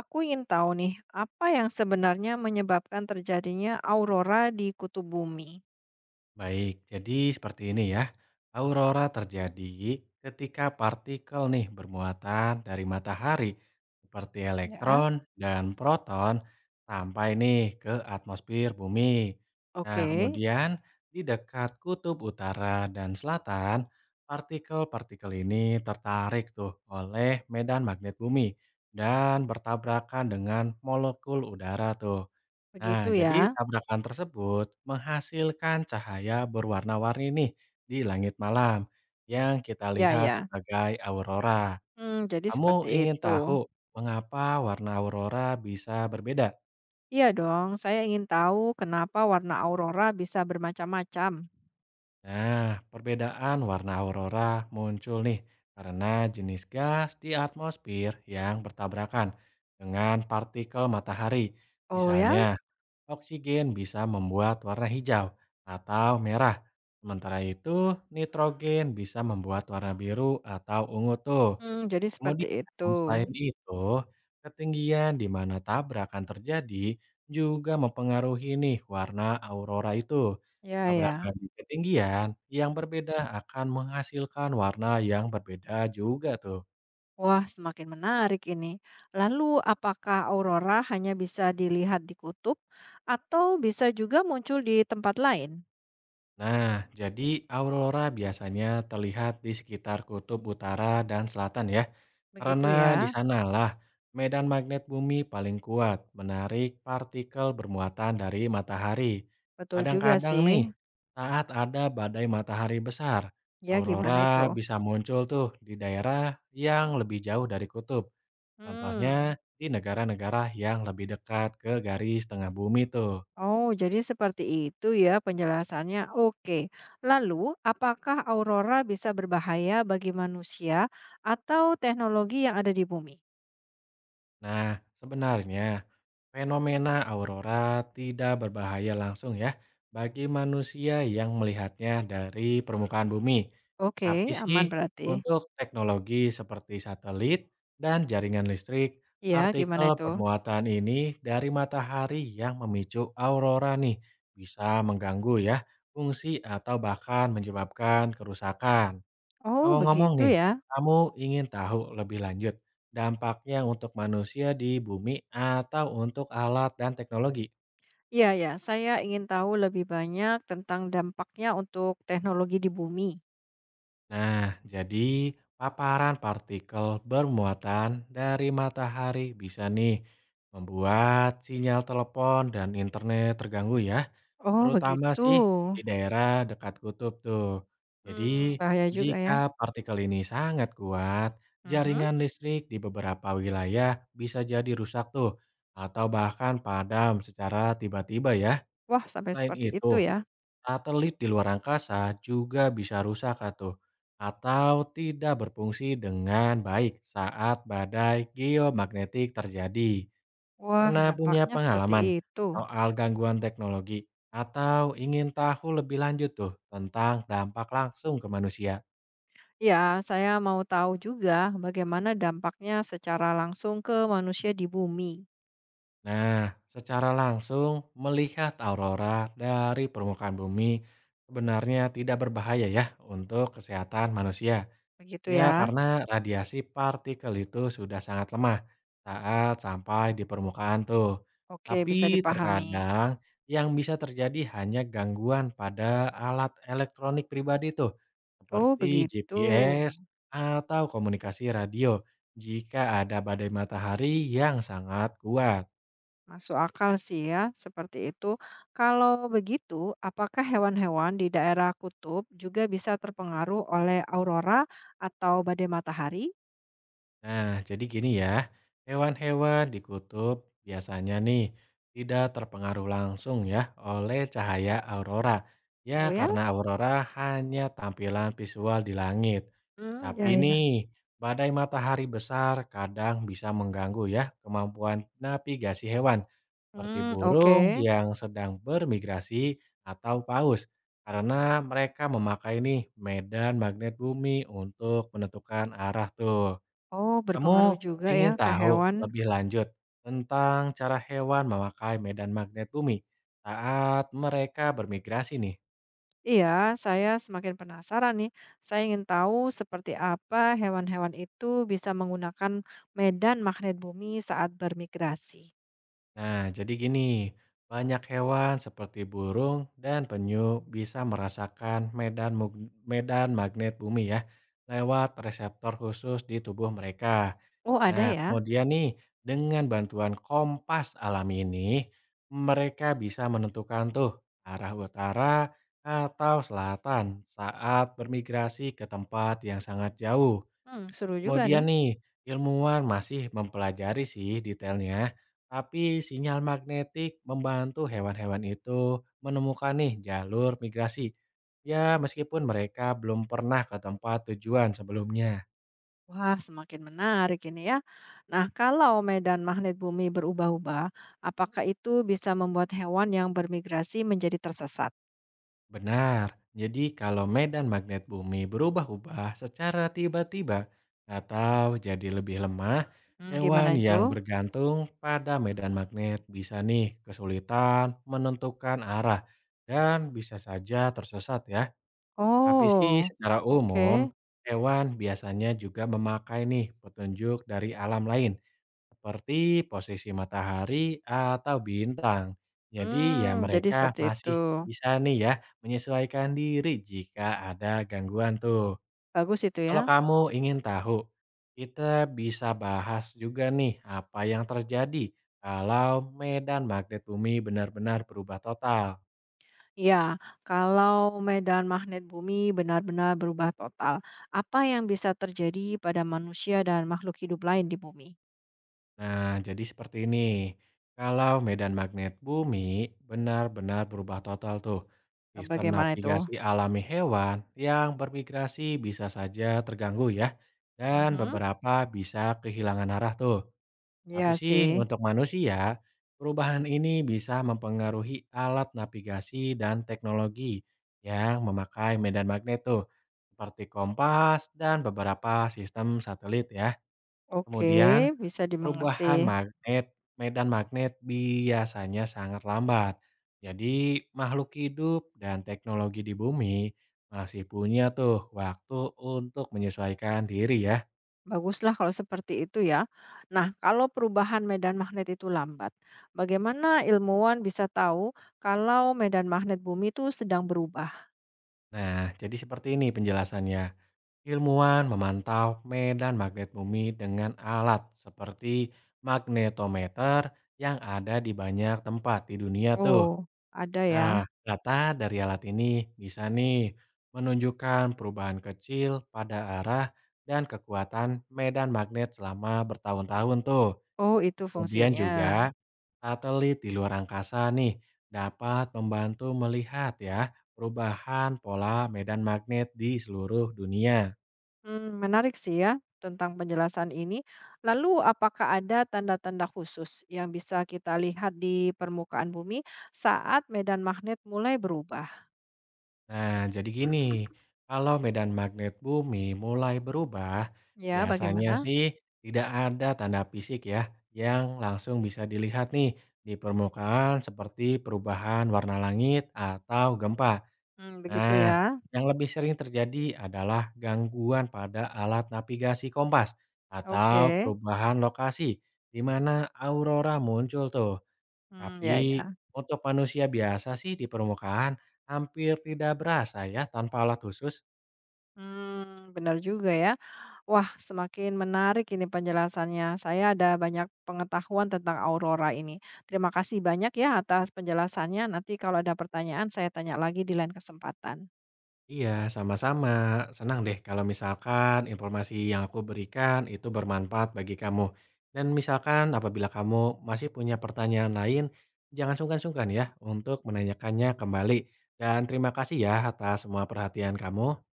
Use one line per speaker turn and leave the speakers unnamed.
Aku ingin tahu nih, apa yang sebenarnya menyebabkan terjadinya aurora di kutub bumi?
Baik, jadi seperti ini ya. Aurora terjadi ketika partikel nih bermuatan dari matahari seperti
Ya.
elektron dan proton sampai nih ke atmosfer bumi. Nah,
Oke,
kemudian di dekat kutub utara dan selatan, partikel-partikel ini tertarik tuh oleh medan magnet bumi dan bertabrakan dengan molekul udara tuh. Nah,
begitu
jadi
ya.
tabrakan tersebut menghasilkan cahaya berwarna-warni nih di langit malam yang kita
Ya,
lihat
ya.
sebagai aurora.
Jadi
Kamu
seperti
ingin
itu.
tahu mengapa warna aurora bisa berbeda?
Iya dong, saya ingin tahu kenapa warna aurora bisa bermacam-macam.
Nah, perbedaan warna aurora muncul nih karena jenis gas di atmosfer yang bertabrakan dengan partikel matahari.
Oh ya?
Misalnya, oksigen bisa membuat warna hijau atau merah. Sementara itu, nitrogen bisa membuat warna biru atau ungu tuh.
Jadi seperti itu.
Kemudian, selain itu, ketinggian di mana tabrakan terjadi juga mempengaruhi nih warna aurora itu.
Ya, ya.
Tabrakan di ketinggian yang berbeda akan menghasilkan warna yang berbeda juga tuh.
Wah, semakin menarik ini. Lalu, apakah aurora hanya bisa dilihat di kutub atau bisa juga muncul di tempat lain?
Nah, jadi aurora biasanya terlihat di sekitar kutub utara dan selatan ya.
Begitu
Karena di
ya.
sanalah medan magnet bumi paling kuat menarik partikel bermuatan dari matahari.
Betul juga
Kadang-kadang
sih.
nih, saat ada badai matahari besar,
Ya gimana
aurora
itu?
bisa muncul tuh di daerah yang lebih jauh dari kutub. Contohnya
Hmm.
di negara-negara yang lebih dekat ke garis tengah bumi tuh.
Oh, jadi seperti itu ya penjelasannya. Oke. Lalu, apakah aurora bisa berbahaya bagi manusia atau teknologi yang ada di bumi?
Nah, sebenarnya fenomena aurora tidak berbahaya langsung ya bagi manusia yang melihatnya dari permukaan bumi. Tapi
Oke,
sih
aman berarti.
untuk teknologi seperti satelit dan jaringan listrik,
Ya, gimana
partikel
itu?
bermuatan ini dari matahari yang memicu aurora nih bisa mengganggu ya fungsi atau bahkan menyebabkan kerusakan.
Oh,
Ngomong-ngomong
begitu
nih,
ya.
kamu ingin tahu lebih lanjut dampaknya untuk manusia di bumi atau untuk alat dan teknologi?
Ya, ya. Saya ingin tahu lebih banyak tentang dampaknya untuk teknologi di bumi.
Nah, jadi paparan partikel bermuatan dari matahari bisa nih membuat sinyal telepon dan internet terganggu ya.
Oh,
Terutama
begitu.
sih di daerah dekat kutub tuh. Jadi,
Bahaya juga
jika
ya.
partikel ini sangat kuat,
Mhm.
jaringan listrik di beberapa wilayah bisa jadi rusak tuh, atau bahkan padam secara tiba-tiba ya.
Wah, sampai
Selain
seperti
itu,
itu ya.
satelit di luar angkasa juga bisa rusak atau tidak berfungsi dengan baik saat badai geomagnetik terjadi.
Wah,
Pernah punya
dampaknya seperti
pengalaman
itu.
soal gangguan teknologi atau ingin tahu lebih lanjut tuh tentang dampak langsung ke manusia?
Ya, saya mau tahu juga bagaimana dampaknya secara langsung ke manusia di bumi.
Nah, secara langsung melihat aurora dari permukaan bumi sebenarnya tidak berbahaya ya untuk kesehatan manusia.
Begitu
Ya,
ya.
karena radiasi partikel itu sudah sangat lemah saat sampai di permukaan tuh.
Oke, bisa
Tapi
dipahami.
terkadang yang bisa terjadi hanya gangguan pada alat elektronik pribadi tuh,
Oh,
seperti
begitu.
GPS atau komunikasi radio jika ada badai matahari yang sangat kuat.
Masuk akal sih ya, seperti itu. Kalau begitu, apakah hewan-hewan di daerah kutub juga bisa terpengaruh oleh aurora atau badai matahari?
Nah, jadi gini ya, hewan-hewan di kutub biasanya nih tidak terpengaruh langsung ya oleh cahaya aurora. Ya,
Oh ya?
karena aurora hanya tampilan visual di langit.
Hmm,
Tapi
ya ya.
nih, badai matahari besar kadang bisa mengganggu ya kemampuan navigasi hewan seperti
Hmm, oke.
burung yang sedang bermigrasi atau paus. Karena mereka memakai nih medan magnet bumi untuk menentukan arah tuh.
Oh,
Kamu
berpengaruh juga ya
ingin
ke
tahu
hewan.
lebih lanjut tentang cara hewan memakai medan magnet bumi saat mereka bermigrasi nih?
Iya, saya semakin penasaran nih. Saya ingin tahu seperti apa hewan-hewan itu bisa menggunakan medan magnet bumi saat bermigrasi.
Nah, jadi gini, banyak hewan seperti burung dan penyu bisa merasakan medan magnet bumi ya lewat reseptor khusus di tubuh mereka.
Oh, ada
Nah,
ya?
kemudian nih dengan bantuan kompas alami ini, mereka bisa menentukan tuh arah utara atau selatan saat bermigrasi ke tempat yang sangat jauh.
Seru juga
Kemudian
nih.
nih, ilmuwan masih mempelajari sih detailnya, tapi sinyal magnetik membantu hewan-hewan itu menemukan nih jalur migrasi. Ya, meskipun mereka belum pernah ke tempat tujuan sebelumnya.
Wah, semakin menarik ini ya. Nah, kalau medan magnet bumi berubah-ubah, apakah itu bisa membuat hewan yang bermigrasi menjadi tersesat?
Benar. Jadi kalau medan magnet bumi berubah-ubah secara tiba-tiba atau jadi lebih lemah,
Gimana
hewan yang
itu?
bergantung pada medan magnet bisa nih kesulitan menentukan arah dan bisa saja tersesat ya. Tapi sih
Oh,
secara umum,
oke.
hewan biasanya juga memakai nih petunjuk dari alam lain, seperti posisi matahari atau bintang. Jadi ya
Jadi
mereka
seperti itu.
masih bisa nih ya menyesuaikan diri jika ada gangguan tuh.
Bagus itu
Kalau
ya.
kamu ingin tahu, kita bisa bahas juga nih apa yang terjadi kalau medan magnet bumi benar-benar berubah total.
Ya, kalau medan magnet bumi benar-benar berubah total, apa yang bisa terjadi pada manusia dan makhluk hidup lain di bumi?
Nah, jadi seperti ini. Kalau medan magnet bumi benar-benar berubah total tuh,
Nah,
sistem
bagaimana itu?
navigasi alami hewan yang bermigrasi bisa saja terganggu ya, dan
Mhm.
beberapa bisa kehilangan arah tuh. Tapi
Iya
sih
sih.
untuk manusia, perubahan ini bisa mempengaruhi alat navigasi dan teknologi yang memakai medan magnet tuh, seperti kompas dan beberapa sistem satelit ya.
Oke,
Kemudian,
bisa
perubahan
dimengerti.
magnet medan magnet biasanya sangat lambat. Jadi, makhluk hidup dan teknologi di bumi masih punya tuh waktu untuk menyesuaikan diri ya.
Baguslah kalau seperti itu ya. Nah, kalau perubahan medan magnet itu lambat, bagaimana ilmuwan bisa tahu kalau medan magnet bumi itu sedang berubah?
Nah, jadi seperti ini penjelasannya. Ilmuwan memantau medan magnet bumi dengan alat seperti magnetometer yang ada di banyak tempat di dunia tuh.
Oh, ada ya.
Nah, data dari alat ini bisa nih menunjukkan perubahan kecil pada arah dan kekuatan medan magnet selama bertahun-tahun tuh.
Oh, itu
Kemudian
fungsinya.
juga satelit di luar angkasa nih dapat membantu melihat ya perubahan pola medan magnet di seluruh dunia.
Menarik sih ya tentang penjelasan ini. Lalu apakah ada tanda-tanda khusus yang bisa kita lihat di permukaan bumi saat medan magnet mulai berubah?
Nah, jadi gini, kalau medan magnet bumi mulai berubah,
Ya,
biasanya
bagaimana?
sih tidak ada tanda fisik ya yang langsung bisa dilihat nih di permukaan seperti perubahan warna langit atau gempa.
Begitu
Nah,
ya.
yang lebih sering terjadi adalah gangguan pada alat navigasi kompas atau
Oke.
perubahan lokasi di mana aurora muncul tuh.
Mmm,
Tapi,
ya ya.
untuk manusia biasa sih di permukaan hampir tidak berasa ya tanpa alat khusus.
Benar juga ya. Wah, semakin menarik ini penjelasannya. Saya ada banyak pengetahuan tentang aurora ini. Terima kasih banyak ya atas penjelasannya. Nanti kalau ada pertanyaan saya tanya lagi di lain kesempatan.
Iya, sama-sama. Senang deh kalau misalkan informasi yang aku berikan itu bermanfaat bagi kamu. Dan misalkan apabila kamu masih punya pertanyaan lain, jangan sungkan-sungkan ya untuk menanyakannya kembali. Dan terima kasih ya atas semua perhatian kamu.